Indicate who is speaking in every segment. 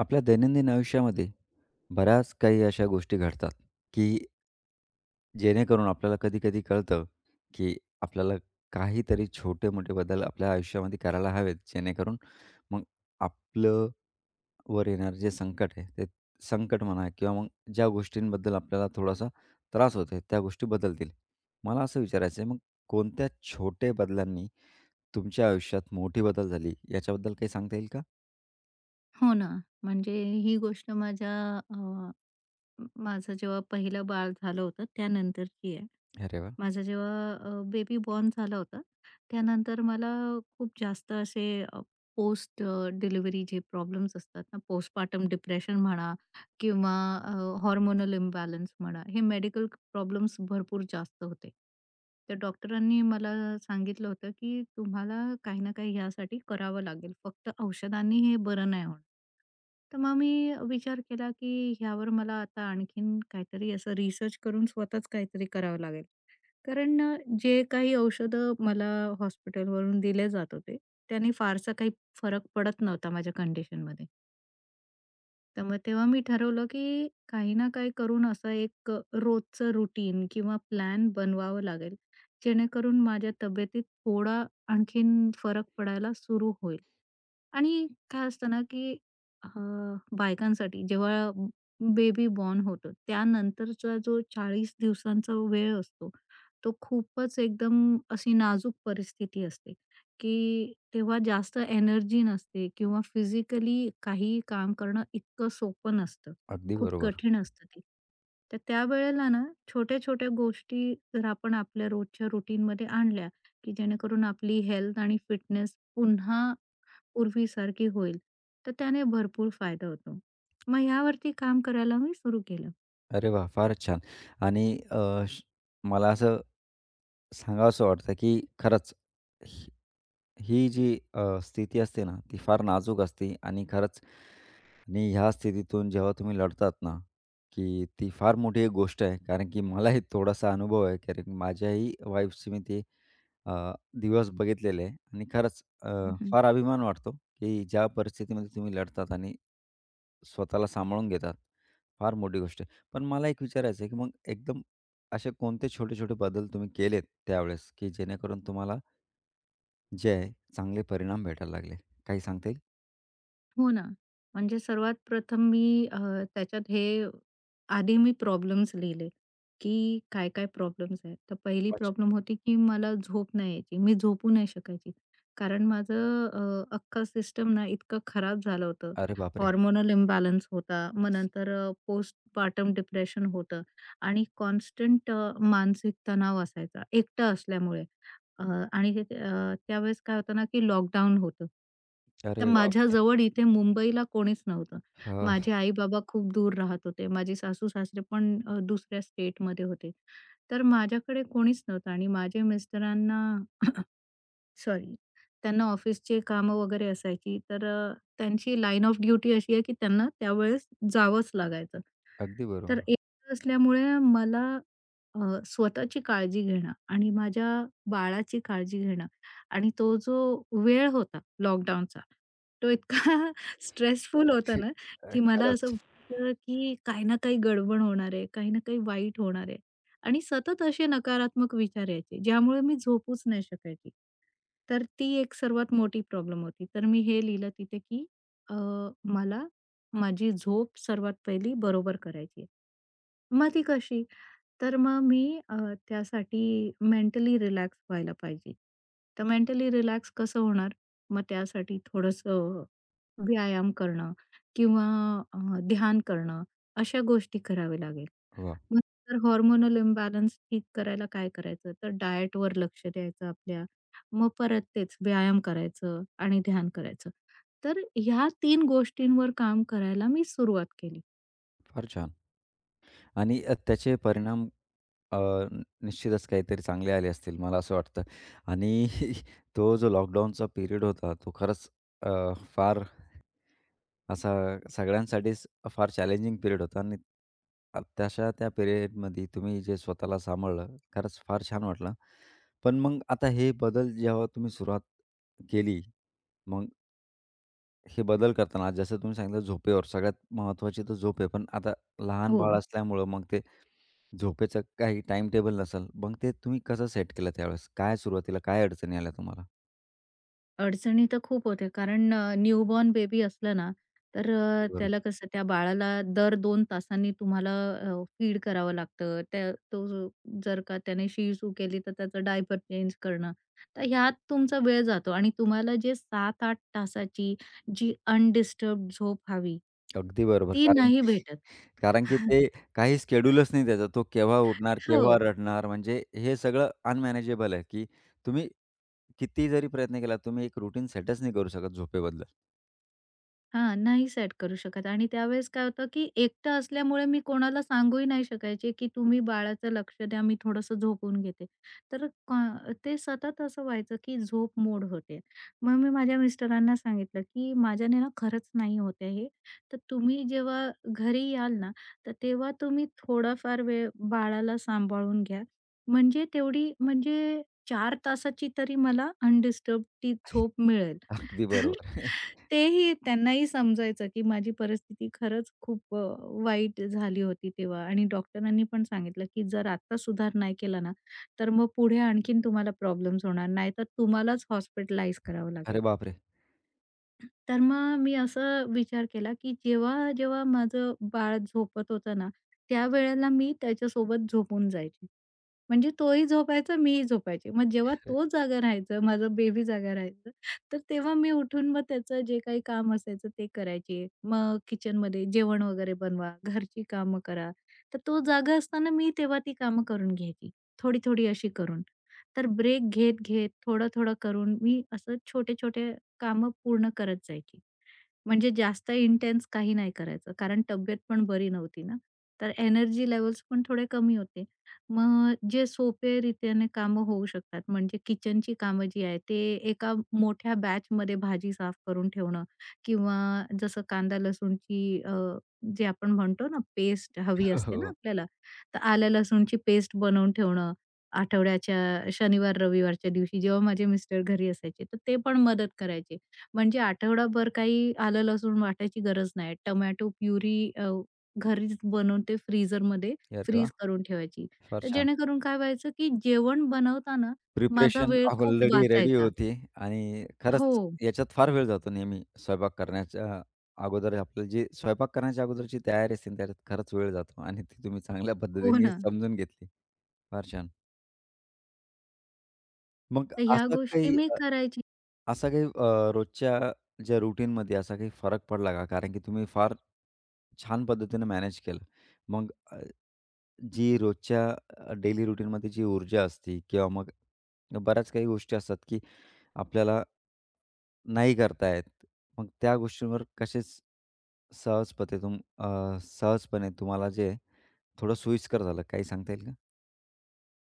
Speaker 1: आपल्या दैनंदिन आयुष्यामध्ये बऱ्याच काही अशा गोष्टी घडतात, की जेणेकरून आपल्याला कधी-कधी कळतं, की आपल्याला काहीतरी छोटे-मोठे बदल आपल्या आयुष्यामध्ये करायला हवेत, जेणेकरून मग आपलं वर येणारं जे संकट आहे, ते संकट म्हणा किंवा मग ज्या गोष्टींबद्दल आपल्याला थोडासा त्रास होतोय, त्या गोष्टी बदलतील. मला असं विचारायचं आहे, मग कोणत्या छोटे बदलांनी तुमच्या आयुष्यात मोठी बदल झाली, याच्याबद्दल काही सांगता येईल का?
Speaker 2: हो ना. म्हणजे ही गोष्ट माझ्या अ, माझं जेव्हा पहिलं बाळ झालं होतं त्यानंतरची आहे.
Speaker 1: अरे वाह!
Speaker 2: माझा जेव्हा बेबी बॉर्न झाला होता, त्यानंतर मला खूप जास्त असे पोस्ट डिलिव्हरी जे प्रॉब्लेम्स असतात ना, पोस्टपार्टम डिप्रेशन म्हणा किंवा अ, हार्मोनल इम्बॅलन्स म्हणा, हे मेडिकल प्रॉब्लेम्स भरपूर जास्त होते. तर डॉक्टरांनी मला सांगितलं होतं, की तुम्हाला काही ना काही ह्यासाठी करावं लागेल. फक्त औषधांनी हे बरं नाही होणार. तर मग मी विचार केला, की ह्यावर मला आता आणखीन काहीतरी असं रिसर्च करून स्वतःच काहीतरी करावं लागेल. कारण जे काही औषधं मला हॉस्पिटलवरून दिले जात होते, त्याने फारसा काही फरक पडत नव्हता माझ्या कंडिशनमध्ये. तर मग तेव्हा मी ठरवलं, की काही ना काही करून असं एक रोजचं रुटीन किंवा प्लॅन बनवावं लागेल, जेणेकरून माझ्या तब्येतीत थोडा आणखीन फरक पडायला सुरू होईल. आणि काय असतं ना, की अ, बायकांसाठी जेव्हा बेबी बॉर्न होतो, त्यानंतरचा जो 40 दिवसांचा वेळ असतो, तो खूपच एकदम अशी नाजूक परिस्थिती असते, की तेव्हा जास्त एनर्जी नसते किंवा फिजिकली काहीही काम करणं इतकं सोपं नसतं.
Speaker 1: अगदी
Speaker 2: खूप
Speaker 1: बरोबर.
Speaker 2: कठीण असतं ते. तर त्यावेळेला ना, छोट्या-छोट्या गोष्टी जर आपण आपल्या रोजच्या रुटीनमध्ये आणल्या, की जेणेकरून आपली हेल्थ आणि फिटनेस पुन्हा पूर्वीसारखी होईल, तर त्याने भरपूर फायदा होतो. मग ह्यावरती काम करायला मी सुरू केलं.
Speaker 1: अरे वा फारच छान. आणि अ, श मला असं सांगावसं वाटतं, की खरंच ही जी स्थिती असते ना, ती फार नाजूक असते आणि खरंच आणि ह्या स्थितीतून जेव्हा तुम्ही लढतात ना, की ती फार मोठी एक गोष्ट आहे. कारण की मलाही थोडासा अनुभव आहे, कारण की माझ्याही वाईफची मी ते अ, दिवस बघितलेले आहे आणि खरंच
Speaker 2: हं,
Speaker 1: फार अभिमान वाटतो, की ज्या परिस्थितीमध्ये तुम्ही लढतात आणि स्वतःला सांभाळून घेतात, फार मोठी गोष्ट आहे. पण मला एक विचारायचं आहे, की मग एकदम असे कोणते छोटे-छोटे बदल तुम्ही केलेत त्यावेळेस, की जेणेकरून तुम्हाला जे आहे चांगले परिणाम भेटायला लागले. काही सांगता येईल?
Speaker 2: हो ना. म्हणजे सर्वात प्रथम मी अ, त्याच्यात हे आधी मी प्रॉब्लेम्स लिहिले, की काय-काय प्रॉब्लेम्स आहेत. तर पहिली
Speaker 1: अच्छा.
Speaker 2: प्रॉब्लेम होती, की मला झोप नाही यायची. मी झोपू नाही शकायची. कारण माझं अख्खं सिस्टम ना इतकं खराब झालं होतं.
Speaker 1: अरे बापरे!
Speaker 2: हॉर्मोनल इम्बॅलन्स होता. मग नंतर पोस्टपार्टम डिप्रेशन होतं आणि कॉन्स्टंट मानसिक तणाव असायचा एकटं असल्यामुळे. अ, आणि त्यावेळेस काय होतं ना, की लॉकडाऊन होतं. तर
Speaker 1: अरे बापरे!
Speaker 2: माझ्याजवळ इथे मुंबईला कोणीच नव्हतं.
Speaker 1: हां,
Speaker 2: माझे आई-बाबा खूप दूर राहत होते. माझे सासू-सासरे पण दुसऱ्या स्टेटमध्ये होते. तर माझ्याकडे कोणीच नव्हतं आणि माझे मिस्टरांना सॉरी, त्यांना ऑफिसची कामं वगैरे असायची, तर त्यांची लाईन ऑफ ड्युटी अशी आहे की त्यांना त्यावेळेस जावंच लागायचं.
Speaker 1: अगदी बरोबर.
Speaker 2: तर एकटं असल्यामुळे मला अ, स्वतःची काळजी घेणं आणि माझ्या बाळाची काळजी घेणं आणि तो जो वेळ होता लॉकडाऊनचा, तो इतका स्ट्रेसफुल होता ना, की मला असं
Speaker 1: खरंच.
Speaker 2: वाटलं की काही ना काही गडबड होणार आहे, काही ना काही वाईट होणार आहे आणि सतत असे नकारात्मक विचार यायचे, ज्यामुळे मी झोपूच नाही शकायची. तर ती एक सर्वात मोठी प्रॉब्लेम होती. तर मी हे लिहिलं तिथे, की अ, मला माझी झोप सर्वात पहिली बरोबर करायची आहे. मग ती कशी? तर मग मी अ, त्यासाठी मेंटली रिलॅक्स व्हायला पाहिजे. तर मेंटली रिलॅक्स कसं होणार? मग त्यासाठी थोडंसं व्यायाम करणं किंवा अ, ध्यान करणं अशा गोष्टी कराव्या लागेल.
Speaker 1: वाह!
Speaker 2: मग तर हार्मोनल इम्बॅलन्स ठीक करायला काय करायचं? तर डाएटवर लक्ष द्यायचं आपल्या. मग परत तेच व्यायाम करायचं आणि ध्यान करायचं. तर ह्या 3 गोष्टींवर काम करायला मी सुरुवात केली.
Speaker 1: फार छान. आणि त्याचे परिणाम अ, निश्चितच काहीतरी चांगले आले असतील, मला असं वाटतं. आणि तो जो लॉकडाऊनचा पिरियड होता, तो खरंच अ, फार असा सगळ्यांसाठीच फार चॅलेंजिंग पिरियड होता आणि तशा त्या पिरियडमध्ये तुम्ही जे स्वतःला सांभाळलं, खरंच फार छान वाटलं. पण मग आता हे बदल जेव्हा तुम्ही सुरुवात केली, मग हे बदल करताना जसं तुम्ही सांगितलं झोपेवर सगळ्यात महत्त्वाची तर झोप आहे. पण आता लहान
Speaker 2: हो.
Speaker 1: बाळ असल्यामुळं मग ते झोपेचं काही टाईम टेबल नसेल. मग ते तुम्ही कसं सेट केलं त्यावेळेस? काय सुरुवातीला काय अडचणी आल्या तुम्हाला?
Speaker 2: अडचणी तर खूप होत्या कारण न्यूबॉर्न बेबी असलं ना, तर
Speaker 1: बरोबर.
Speaker 2: त्याला कसं त्या बाळाला दर 2 तासांनी तुम्हाला फीड करावं लागतं. जर का त्याने शिसू केली तर त्याचं डायपर चेंज करणं. तर ह्यात तुमचा वेळ जातो आणि तुम्हाला जे 7 आठ तासाची जी अनडिस्टर्ब झोप हवी,
Speaker 1: अगदी बरोबर.
Speaker 2: ती
Speaker 1: कारण
Speaker 2: नाही भेटत.
Speaker 1: कारण की ते काही शेड्यूलच नाही त्याचा. तो केव्हा उठणार,
Speaker 2: हो.
Speaker 1: केव्हा रडणार, म्हणजे हे सगळं अनमॅनेजेबल आहे, की तुम्ही किती जरी प्रयत्न केला, तुम्ही एक रुटीन सेटच नाही करू शकत झोपेबद्दल.
Speaker 2: हां, नाही सेट करू शकत आणि त्यावेळेस काय होतं, की एकटं असल्यामुळे मी कोणाला सांगूही नाही शकायचे, की तुम्ही बाळाचं लक्ष द्या, मी थोडंसं झोपून घेते. तर का ते सतत असं व्हायचं, की झोप मोड होते. मग मी माझ्या मिस्टरांना सांगितलं, की माझ्याने ना खरंच नाही होत हे. तर तुम्ही जेव्हा घरी याल ना, तर तेव्हा तुम्ही थोडाफार वेळ बाळाला सांभाळून घ्या. म्हणजे तेवढी म्हणजे 4 तासाची तरी मला अनडिस्टर्ब ती झोप मिळेल.
Speaker 1: अगदी बरोबर.
Speaker 2: तर तेही त्यांनाही समजायचं, की माझी परिस्थिती खरंच खूप वाईट झाली होती तेव्हा आणि डॉक्टरांनी पण सांगितलं, की जर आता सुधार नाही केला ना, तर मग पुढे आणखीन तुम्हाला प्रॉब्लेम्स होणार. नाहीतर तुम्हालाच हॉस्पिटलाइज करावं लागेल.
Speaker 1: अरे बापरे!
Speaker 2: तर मग मी असा विचार केला, की जेव्हा माझं बाळ झोपत होतं ना, त्यावेळेला मी त्याच्यासोबत झोपून जायची. म्हणजे तोही झोपायचा, मीही झोपायचे. मग जेव्हा तो जागा राहायचा, माझा बेबी जागा राहायचा, तर तेव्हा मी उठून मग त्याचं जे काही काम असायचं ते करायचे. मग किचनमध्ये जेवण वगैरे बनवा, घरची कामं करा. तर तो जागा असताना मी तेव्हा ती कामं करून घ्यायची, थोडी-थोडी अशी करून. तर ब्रेक घेत-घेत, थोडं-थोडं करून मी असं छोटे-छोटे कामं पूर्ण करत जायची. म्हणजे जास्त इंटेन्स काही नाही करायचं, कारण तब्येत पण बरी नव्हती ना, तर एनर्जी लेवल्स पण थोडे कमी होते. मग जे सोपे रीतीने कामं होऊ शकतात, म्हणजे किचनची कामं जी आहेत, ते एका मोठ्या बॅचमध्ये भाजी साफ करून ठेवणं किंवा जसं कांदा लसूणची जे आपण म्हणतो ना, पेस्ट हवी
Speaker 1: हो,
Speaker 2: असते ना
Speaker 1: हो.
Speaker 2: आपल्याला, तर आलं लसूणची पेस्ट बनवून ठेवणं. आठवड्याच्या शनिवार-रविवारच्या दिवशी जेव्हा माझे मिस्टर घरी असायचे, तर ते पण मदत करायचे. म्हणजे आठवडाभर काही आलं लसूण वाटायची गरज नाही. टोमॅटो प्युरी घरीच बनवून ते फ्रीझरमध्ये
Speaker 1: अरे वाह!
Speaker 2: फ्रीज करून ठेवायची.
Speaker 1: फार
Speaker 2: तर
Speaker 1: छान.
Speaker 2: जेणेकरून काय व्हायचं, की जेवण बनवताना माझा
Speaker 1: प्रिपरेशन
Speaker 2: वेळ खूप
Speaker 1: ऑलरेडी रेडी
Speaker 2: वाचायचा.
Speaker 1: होती आणि खरंच
Speaker 2: हो,
Speaker 1: याच्यात फार वेळ जातो नेहमी स्वयंपाक करण्याच्या अगोदर आपल्याला जी स्वयंपाक करण्याच्या अगोदरची तयारी असते, ना, त्याच्यात खरंच वेळ जातो आणि ती तुम्ही चांगल्या
Speaker 2: हो
Speaker 1: पद्धतीने
Speaker 2: ना.
Speaker 1: समजून घेतली. फार छान. मग
Speaker 2: तर ह्या
Speaker 1: असं
Speaker 2: गोष्टी
Speaker 1: काही
Speaker 2: मी करायची.
Speaker 1: असा काही रोजच्या ज्या रूटीनमध्ये असा काही फरक पडला का? कारण की तुम्ही फार छान पद्धतीने मॅनेज केलं. मग जी रोजच्या डेली रूटीनमध्ये जी ऊर्जा असते किंवा मग बऱ्याच काही गोष्टी असतात, की आपल्याला नाही करता येत. मग त्या गोष्टींवर कसेच सहजपणे तुम्हाला जे थोडं सोयीस्कर झालं. काही सांगता येईल का?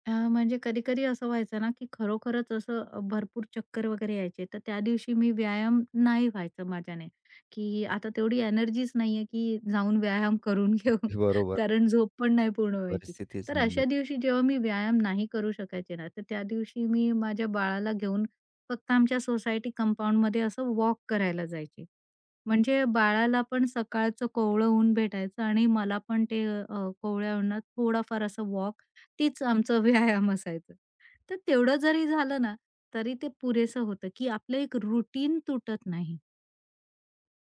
Speaker 2: म्हणजे कधी-कधी असं व्हायचं ना, की खरोखरच असं भरपूर चक्कर वगैरे यायचे. तर त्या दिवशी मी व्यायाम नाही व्हायचं माझ्याने, की आता तेवढी एनर्जीच नाहीये, की जाऊन व्यायाम करून घेऊ.
Speaker 1: अगदी बरोबर.
Speaker 2: कारण झोप पण नाही पूर्ण व्हायची.
Speaker 1: परिस्थितीच
Speaker 2: तर अशा दिवशी जेव्हा मी व्यायाम नाही करू शकायचे ना, तर त्या दिवशी मी माझ्या बाळाला घेऊन फक्त आमच्या सोसायटी कंपाउंडमध्ये असं वॉक करायला जायचे. म्हणजे बाळाला पण सकाळचं कोवळं ऊन भेटायचं आणि मला पण ते कोवळ्या उन्हात थोडाफार असं वॉक, तीच आमचं व्यायाम असायचं. तर तेवढं जरी झालं ना, तरी ते पुरेसं होतं, की आपलं एक रुटीन तुटत नाही.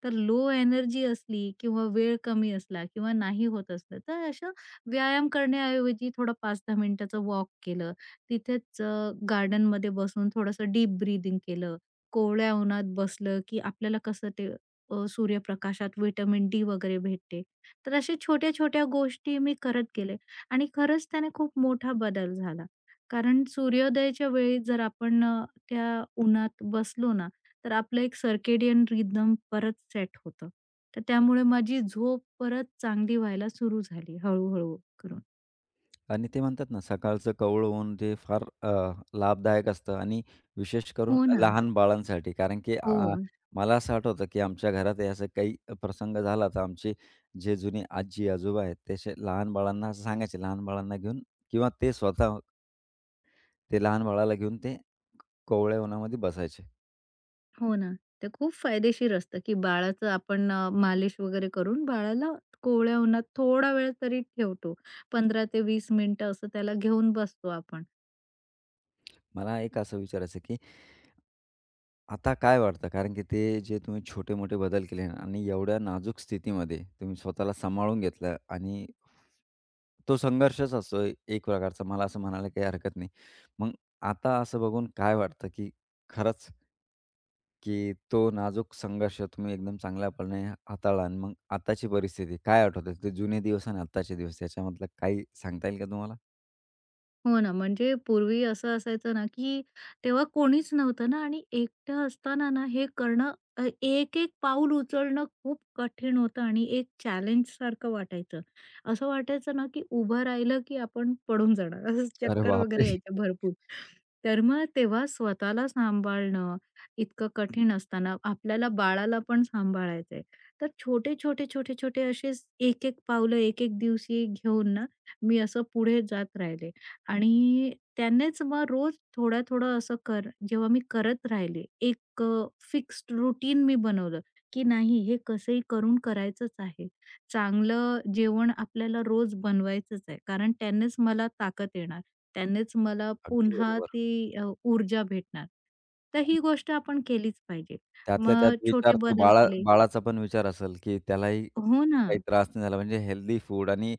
Speaker 2: तर लो एनर्जी असली किंवा वेळ कमी असला किंवा नाही होत असलं, तर असं व्यायाम करण्याऐवजी थोडं 5-10 मिनिटाचं वॉक केलं. तिथेच गार्डनमध्ये बसून थोडंसं डीप ब्रीथिंग केलं. कोवळ्या उन्हात बसलं, की आपल्याला कसं ते सूर्यप्रकाशात व्हिटॅमिन डी वगैरे भेटते. तर अशा छोट्या-छोट्या गोष्टी मी करत गेले आणि खरंच त्याने खूप मोठा बदल झाला. कारण सूर्योदयाच्या वेळी जर आपण त्या उन्हात बसलो ना, तर आपलं एक सर्केडियन रिदम परत सेट होतं. तर त्यामुळे माझी झोप परत चांगली व्हायला सुरू झाली हळू-हळू करून.
Speaker 1: आणि ते म्हणतात ना, सकाळचं कोवळं ऊन ते फार लाभदायक असतं आणि विशेष करून
Speaker 2: हो ना.
Speaker 1: लहान बाळांसाठी. कारण की
Speaker 2: हो.
Speaker 1: मला असं आठवतं, की आमच्या घरात हे असं काही प्रसंग झाला, तर आमचे जे जुने आजी-आजोबा आहेत, ते असे लहान बाळांना असं सांगायचे, लहान बाळांना घेऊन किंवा ते स्वतः ते लहान बाळाला घेऊन ते कोवळ्या उन्हामध्ये बसायचे.
Speaker 2: हो ना. ते खूप फायदेशीर असतं, की बाळाचं आपण मालिश वगैरे करून बाळाला कोवळ्या उन्हात थोडा वेळ तरी ठेवतो. 15 ते 20 मिनिटं असं त्याला घेऊन बसतो आपण.
Speaker 1: मला एक असं विचारायचं, की आता काय वाटतं? कारण की ते जे तुम्ही छोटे-मोठे बदल केले ना आणि एवढ्या नाजूक स्थितीमध्ये तुम्ही स्वतःला सांभाळून घेतलं आणि तो संघर्षच असतो एक प्रकारचा. मला असं म्हणायला काही हरकत नाही. मग आता असं बघून काय वाटतं, की खरंच की तो नाजूक संघर्ष तुम्ही एकदम चांगल्यापणे हाताळला आणि मग आताची परिस्थिती काय आठवते? ते जुने दिवस आणि आत्ताचे दिवस याच्यामधलं काही सांगता येईल का तुम्हाला?
Speaker 2: हो ना, म्हणजे पूर्वी असं असायचं ना, की तेव्हा कोणीच नव्हतं ना आणि एकटं असताना ना हे करणं एक-एक पाऊल उचलणं खूप कठीण होतं आणि एक चॅलेंजसारखं वाटायचं. असं वाटायचं ना, की उभं राहिलं, की आपण पडून जाणार. असं
Speaker 1: अरे
Speaker 2: चक्कर वगैरे
Speaker 1: बापरे!
Speaker 2: यायच्या भरपूर. तर मग तेव्हा स्वतःला सांभाळणं इतकं कठीण असताना आपल्याला बाळाला पण सांभाळायचंय. तर छोटे-छोटे असेच एक-एक पावलं, एक-एक दिवशी घेऊन ना, मी असं पुढे जात राहिले. आणि त्यानेच मग रोज थोडं-थोडं असं कर जेव्हा मी करत राहिले, एक फिक्स्ड रूटीन मी बनवलं, की नाही हे कसंही करून करायचंच आहे. चांगलं जेवण आपल्याला रोज बनवायचंच आहे. कारण त्यानेच मला ताकद येणार. त्यानेच मला
Speaker 1: अगदी
Speaker 2: पुन्हा
Speaker 1: बरोबर.
Speaker 2: ती ऊर्जा भेटणार. तर ही गोष्ट आपण केलीच पाहिजे.
Speaker 1: त्यातल्या त्यात
Speaker 2: मग छोटे
Speaker 1: विचार ते
Speaker 2: बदल
Speaker 1: बाळा
Speaker 2: केले
Speaker 1: बाळाचा पण विचार असेल, की त्यालाही
Speaker 2: हो ना.
Speaker 1: काही त्रास नाही झाला म्हणजे हेल्दी फूड आणि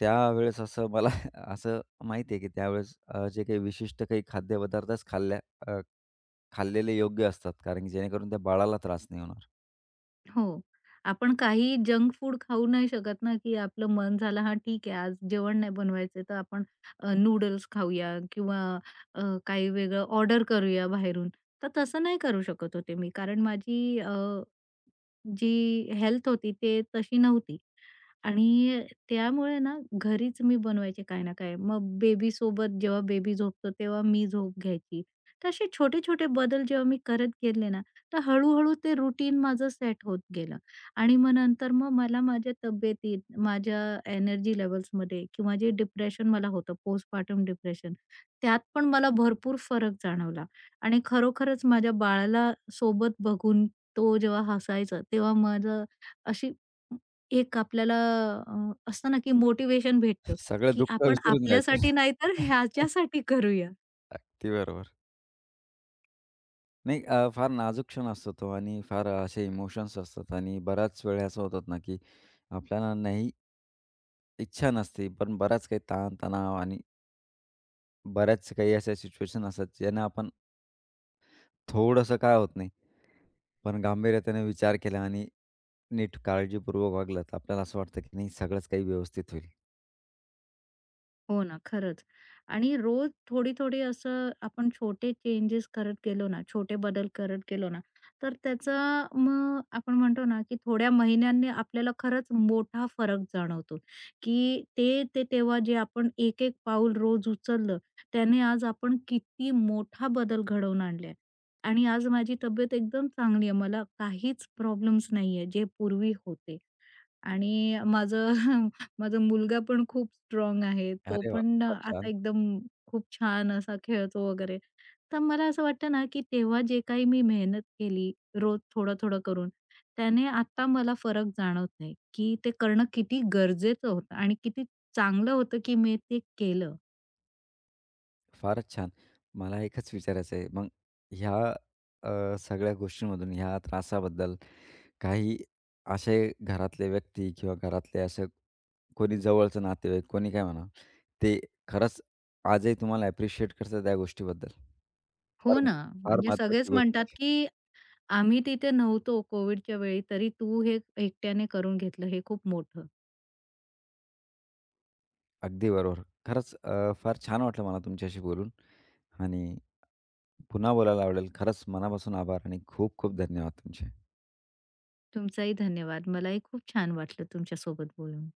Speaker 1: त्यावेळेस असं मला असं माहिती आहे, की त्यावेळेस जे काही विशिष्ट काही खाद्यपदार्थच अ, खाल्लेले योग्य असतात. कारण की जेणेकरून त्या बाळाला त्रास नाही होणार.
Speaker 2: हो. आपण काही जंक फूड खाऊ नाही शकत ना, की आपलं मन झालं, "हां, ठीक आहे, आज जेवण नाही बनवायचं आहे, तर आपण नूडल्स खाऊया किंवा काही वेगळं ऑर्डर करूया बाहेरून." तर तसं नाही करू शकत होते मी, कारण माझी अ जी हेल्थ होती ते तशी नव्हती आणि त्यामुळे ना घरीच मी बनवायचे काय ना काय. मग बेबी सोबत जेव्हा बेबी झोपतो तेव्हा मी झोप घ्यायची. तर असे छोटे-छोटे बदल जेव्हा मी करत गेले ना, तर हळू-हळू ते रुटीन माझं सेट होत गेलं आणि मग नंतर मग मला माझ्या तब्येतीत, माझ्या एनर्जी लेव्हल्समध्ये किंवा जे डिप्रेशन मला होतं पोस्टपार्टम डिप्रेशन, त्यात पण मला भरपूर फरक जाणवला आणि खरोखरच माझ्या बाळाला सोबत बघून तो जेव्हा हसायचा, तेव्हा माझं अशी एक आपल्याला असतं ना, की मोटिवेशन भेटतं,
Speaker 1: सगळं
Speaker 2: की
Speaker 1: दुःख
Speaker 2: आपण
Speaker 1: विसरून जायचं.
Speaker 2: आपल्यासाठी नाही तर ह्याच्यासाठी करूया.
Speaker 1: अगदी बरोबर. फार नाजूक क्षण असतो तो आणि फार असे इमोशन्स असतात आणि बऱ्याच वेळा असं होतात ना, की आपल्याला इच्छा नसते, पण बराच काही ताण-तणाव आणि बऱ्याच काही अशा सिच्युएशन असतात ज्यांना आपण थोडंसं काय होत नाही, पण गांभीर्यतेने विचार केला आणि नीट काळजीपूर्वक वागलं, तर आपल्याला असं वाटतं की नाही सगळंच काही व्यवस्थित होईल.
Speaker 2: हो ना, खरंच. आणि रोज थोडी-थोडी असं आपण छोटे चेंजेस करत गेलो ना, छोटे बदल करत गेलो ना, तर त्याचा मग आपण म्हणतो ना, की थोड्या महिन्यांनी आपल्याला खरंच मोठा फरक जाणवतो, की ते ते तेव्हा जे आपण एक-एक पाऊल रोज उचललं, त्याने आज आपण किती मोठा बदल घडवून आणले आणि आज माझी तब्येत एकदम चांगली आहे. मला काहीच प्रॉब्लेम्स नाहीये, जे पूर्वी होते. आणि माझं माझा मुलगा पण खूप स्ट्रॉंग आहे. तो
Speaker 1: अरे वाह!
Speaker 2: पण
Speaker 1: फार
Speaker 2: आता
Speaker 1: छान,
Speaker 2: एकदम खूप छान असा खेळतो वगैरे. तर मला असं वाटतं ना, की तेव्हा जे काही मी मेहनत केली रोज थोडं-थोडं करून, त्याने आता मला फरक जाणवत नाही, की ते करणं किती गरजेचं होतं आणि किती चांगलं होतं, की मी ते केलं.
Speaker 1: फारच छान. मला एकच विचारायचं आहे, मग ह्या सगळ्या गोष्टींमधून ह्या त्रासाबद्दल काही असे घरातले व्यक्ती किंवा घरातले असं कोणी जवळचं नातेवाईक, कोणी काय म्हणा, ते खरंच आजही तुम्हाला ॲप्रिशिएट करतात त्या गोष्टीबद्दल? फार
Speaker 2: हो
Speaker 1: मो-
Speaker 2: ना.
Speaker 1: फार
Speaker 2: म्हणजे
Speaker 1: महत्त्वाची
Speaker 2: सगळेच
Speaker 1: गोष्ट
Speaker 2: म्हणतात,
Speaker 1: आहे.
Speaker 2: की आम्ही तिथे नव्हतो कोविडच्या वेळी, तरी तू हे एकट्याने करून घेतलं, हे खूप मोठं.
Speaker 1: अगदी बरोबर. खरंच फार छान वाटलं मला तुमच्याशी बोलून आणि पुन्हा बोलायला आवडेल. खरंच मनापासून आभार आणि खूप खूप धन्यवाद तुमचे.
Speaker 2: तुमचाही धन्यवाद. मलाही खूप छान वाटलं तुमच्यासोबत बोलून.